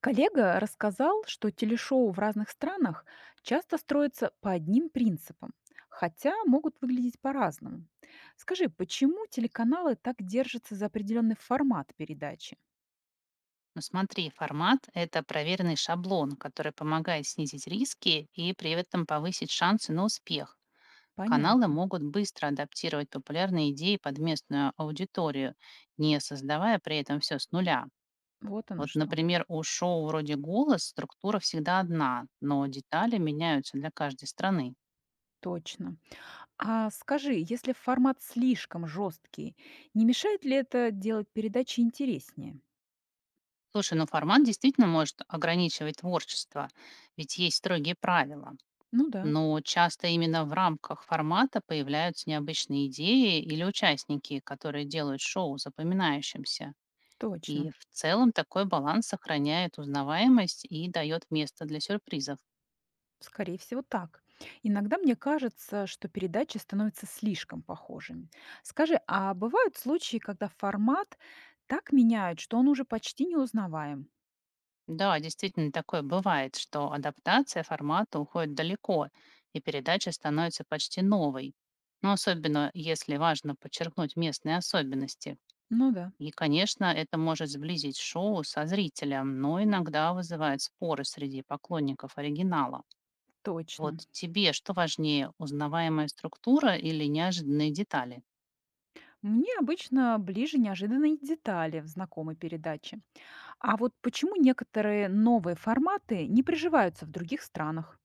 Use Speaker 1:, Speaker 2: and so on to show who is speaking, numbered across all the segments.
Speaker 1: Коллега рассказал, что телешоу в разных странах часто строятся по одним принципам, хотя могут выглядеть по-разному. Скажи, почему телеканалы так держатся за определенный формат передачи?
Speaker 2: Ну смотри, формат– это проверенный шаблон, который помогает снизить риски и при этом повысить шансы на успех. Каналы
Speaker 1: Понятно.
Speaker 2: могут быстро адаптировать популярные идеи под местную аудиторию, не создавая при этом все с нуля.
Speaker 1: Вот оно
Speaker 2: Вот,
Speaker 1: что.
Speaker 2: например, у шоу вроде «Голос» структура всегда одна, но детали меняются для каждой страны.
Speaker 1: Точно. А скажи, если формат слишком жесткий, не мешает ли это делать передачи интереснее?
Speaker 2: Слушай, ну формат действительно может ограничивать творчество, ведь есть строгие правила.
Speaker 1: Ну да,
Speaker 2: Но часто именно в рамках формата появляются необычные идеи или участники, которые делают шоу запоминающимся. И
Speaker 1: точно.
Speaker 2: в целом такой баланс сохраняет узнаваемость и дает место для сюрпризов.
Speaker 1: Скорее всего, так. Иногда мне кажется, что передачи становятся слишком похожими. Скажи, а бывают случаи, когда формат так меняют, что он уже почти не узнаваем?
Speaker 2: Да, действительно, такое бывает, что адаптация формата уходит далеко, и передача становится почти новой. Но особенно, если важно подчеркнуть местные особенности.
Speaker 1: Ну да,
Speaker 2: И, конечно, это может сблизить шоу со зрителем, но иногда вызывает споры среди поклонников оригинала.
Speaker 1: точно.
Speaker 2: Вот тебе что важнее, узнаваемая структура или неожиданные детали?
Speaker 1: Мне обычно ближе неожиданные детали в знакомой передаче. А вот почему некоторые новые форматы не приживаются в других странах?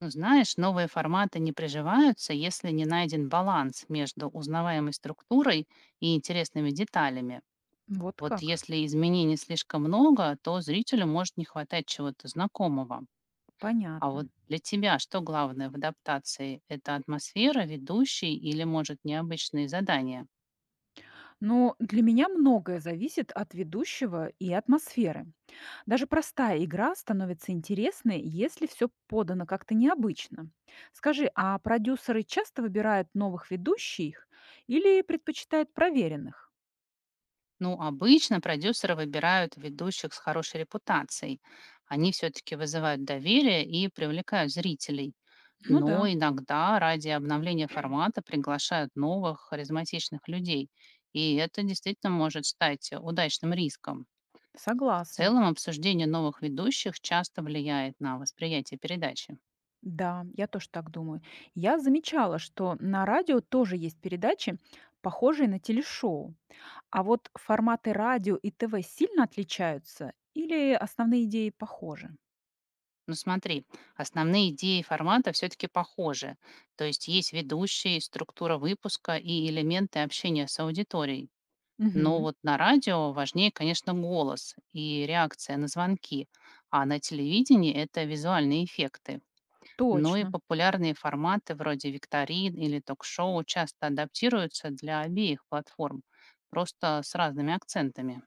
Speaker 2: Ну, знаешь, новые форматы не приживаются, если не найден баланс между узнаваемой структурой и интересными деталями.
Speaker 1: Вот
Speaker 2: Вот
Speaker 1: как?
Speaker 2: если изменений слишком много, то зрителю может не хватать чего-то знакомого. А вот
Speaker 1: Понятно.
Speaker 2: для тебя что главное в адаптации? Это атмосфера, ведущий или, может, необычные задания?
Speaker 1: Но для меня многое зависит от ведущего и атмосферы. Даже простая игра становится интересной, если все подано как-то необычно. Скажи, а продюсеры часто выбирают новых ведущих или предпочитают проверенных?
Speaker 2: Ну, обычно продюсеры выбирают ведущих с хорошей репутацией. Они все-таки вызывают доверие и привлекают зрителей.
Speaker 1: Ну
Speaker 2: Но
Speaker 1: да,
Speaker 2: иногда ради обновления формата приглашают новых харизматичных людей. И это действительно может стать удачным риском. В
Speaker 1: согласна.
Speaker 2: целом обсуждение новых ведущих часто влияет на восприятие передачи.
Speaker 1: Да, я тоже так думаю. Я замечала, что на радио тоже есть передачи, похожие на телешоу. А вот форматы радио и ТВ сильно отличаются или основные идеи похожи?
Speaker 2: Ну смотри, основные идеи формата все-таки похожи. То есть есть ведущие, структура выпуска и элементы общения с аудиторией. Но
Speaker 1: Угу,
Speaker 2: вот на радио важнее, конечно, голос и реакция на звонки, а на телевидении это визуальные эффекты. Но и
Speaker 1: точно.
Speaker 2: популярные форматы вроде викторин или ток-шоу часто адаптируются для обеих платформ, просто с разными акцентами.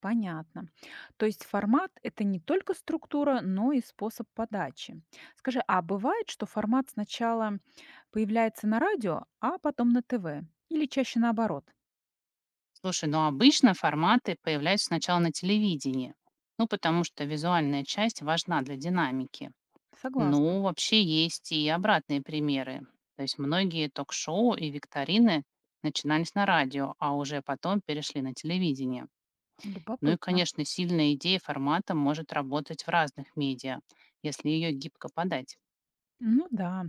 Speaker 1: Понятно. То есть формат– это не только структура, но и способ подачи. Скажи, а бывает, что формат сначала появляется на радио, а потом на ТВ? Или чаще наоборот?
Speaker 2: Слушай, ну обычно форматы появляются сначала на телевидении, ну потому что визуальная часть важна для динамики.
Speaker 1: Согласна.
Speaker 2: Ну, вообще есть и обратные примеры. То есть многие ток-шоу и викторины начинались на радио, а уже потом перешли на телевидение. Ну и,
Speaker 1: Любопытно.
Speaker 2: конечно, сильная идея формата может работать в разных медиа, если ее гибко подать.
Speaker 1: Ну да.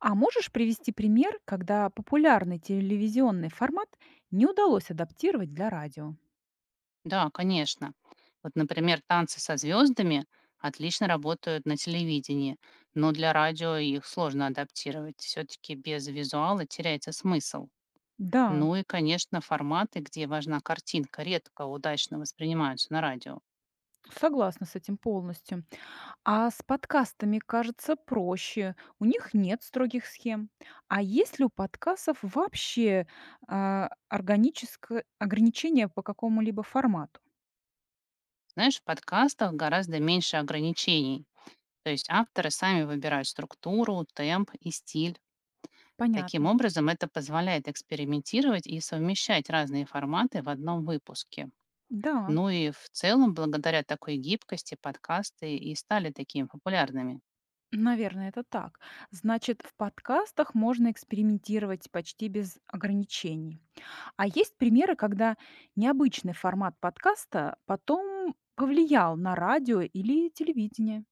Speaker 1: А можешь привести пример, когда популярный телевизионный формат не удалось адаптировать для радио?
Speaker 2: Да, конечно. Вот, например, танцы со звездами отлично работают на телевидении, но для радио их сложно адаптировать. Все-таки без визуала теряется смысл.
Speaker 1: Да,
Speaker 2: Ну и, конечно, форматы, где важна картинка, редко удачно воспринимаются на радио.
Speaker 1: согласна с этим полностью. А с подкастами, кажется, проще. У них нет строгих схем. А есть ли у подкастов вообще органическое ограничение по какому-либо формату?
Speaker 2: Знаешь, в подкастах гораздо меньше ограничений. То есть авторы сами выбирают структуру, темп и стиль. Таким
Speaker 1: Понятно.
Speaker 2: образом, это позволяет экспериментировать и совмещать разные форматы в одном выпуске.
Speaker 1: Да,
Speaker 2: Ну и в целом, благодаря такой гибкости подкасты и стали такими популярными.
Speaker 1: наверное, это так. Значит, в подкастах можно экспериментировать почти без ограничений. А есть примеры, когда необычный формат подкаста потом повлиял на радио или телевидение.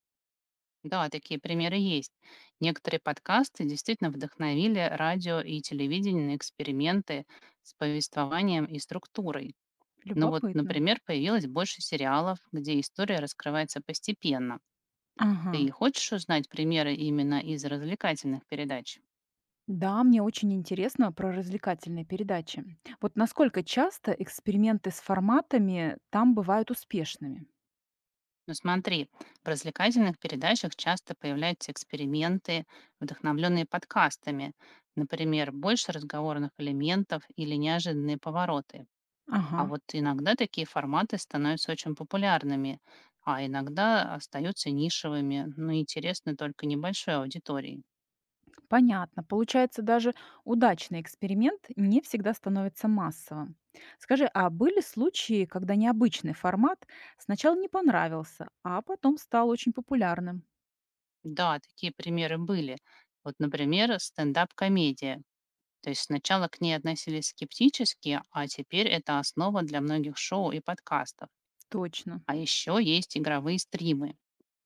Speaker 2: Да, такие примеры есть. Некоторые подкасты действительно вдохновили радио и телевидение на эксперименты с повествованием и структурой. Ну вот,
Speaker 1: Любопытно.
Speaker 2: например, появилось больше сериалов, где история раскрывается постепенно.
Speaker 1: Ага.
Speaker 2: Ты хочешь узнать примеры именно из развлекательных передач?
Speaker 1: Да, мне очень интересно про развлекательные передачи. Вот насколько часто эксперименты с форматами там бывают успешными?
Speaker 2: Ну смотри, в развлекательных передачах часто появляются эксперименты, вдохновленные подкастами. Например, больше разговорных элементов или неожиданные повороты.
Speaker 1: Ага,
Speaker 2: А вот иногда такие форматы становятся очень популярными, а иногда остаются нишевыми, но интересны только небольшой аудитории.
Speaker 1: понятно. Получается, даже удачный эксперимент не всегда становится массовым. Скажи, а были случаи, когда необычный формат сначала не понравился, а потом стал очень популярным?
Speaker 2: Да, такие примеры были. Вот, например, стендап-комедия. То есть сначала к ней относились скептически, а теперь это основа для многих шоу и подкастов.
Speaker 1: Точно.
Speaker 2: А еще есть игровые стримы.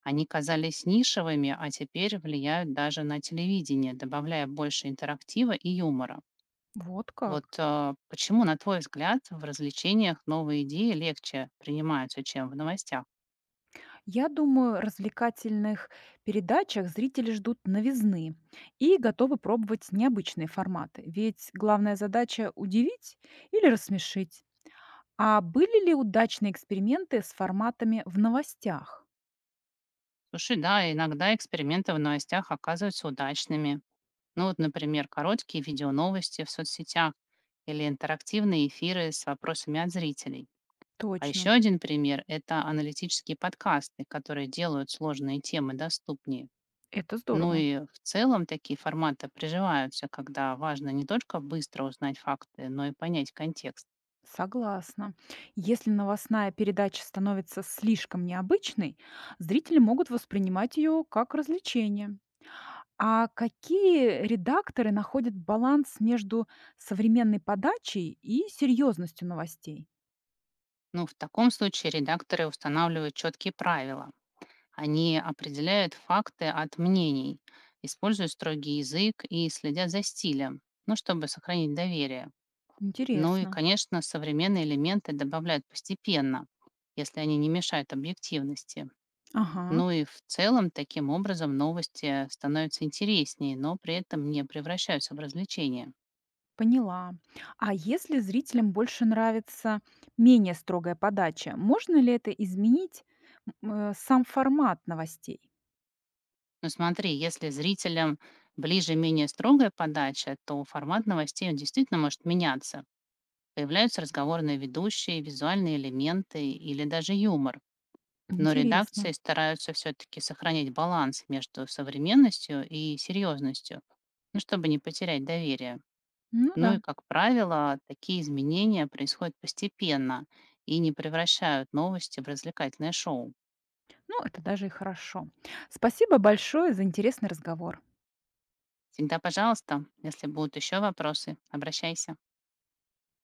Speaker 2: Они казались нишевыми, а теперь влияют даже на телевидение, добавляя больше интерактива и юмора.
Speaker 1: Вот как.
Speaker 2: Почему, на твой взгляд, в развлечениях новые идеи легче принимаются, чем в новостях?
Speaker 1: Я думаю, развлекательных передачах зрители ждут новизны и готовы пробовать необычные форматы, ведь главная задача– удивить или рассмешить. А были ли удачные эксперименты с форматами в новостях?
Speaker 2: Слушай, да, иногда эксперименты в новостях оказываются удачными. Ну вот, например, короткие видеоновости в соцсетях или интерактивные эфиры с вопросами от зрителей. А
Speaker 1: Точно,
Speaker 2: еще один пример– это аналитические подкасты, которые делают сложные темы доступнее.
Speaker 1: это
Speaker 2: Ну
Speaker 1: здорово.
Speaker 2: и в целом такие форматы приживаются, когда важно не только быстро узнать факты, но и понять контекст.
Speaker 1: Согласна. Если новостная передача становится слишком необычной, зрители могут воспринимать ее как развлечение. А какие редакторы находят баланс между современной подачей и серьезностью новостей?
Speaker 2: Ну, в таком случае редакторы устанавливают четкие правила. Они определяют факты от мнений, используют строгий язык и следят за стилем, ну, чтобы сохранить доверие. Ну и,
Speaker 1: Интересно.
Speaker 2: конечно, современные элементы добавляют постепенно, если они не мешают объективности.
Speaker 1: Ага,
Speaker 2: Ну и в целом, таким образом, новости становятся интереснее, но при этом не превращаются в развлечение.
Speaker 1: поняла. А если зрителям больше нравится менее строгая подача, можно ли это изменить сам формат новостей?
Speaker 2: Но смотри, если зрителям ближе менее строгая подача, то формат новостей он действительно может меняться. Появляются разговорные ведущие, визуальные элементы или даже юмор. Но редакции
Speaker 1: Интересно.
Speaker 2: стараются все-таки сохранять баланс между современностью и серьезностью, ну, чтобы не потерять доверие.
Speaker 1: Ну
Speaker 2: Ну
Speaker 1: да.
Speaker 2: и, как правило, такие изменения происходят постепенно и не превращают новости в развлекательное шоу.
Speaker 1: Ну, это даже и хорошо. Спасибо большое за интересный разговор.
Speaker 2: Всегда, пожалуйста, если будут еще вопросы, обращайся.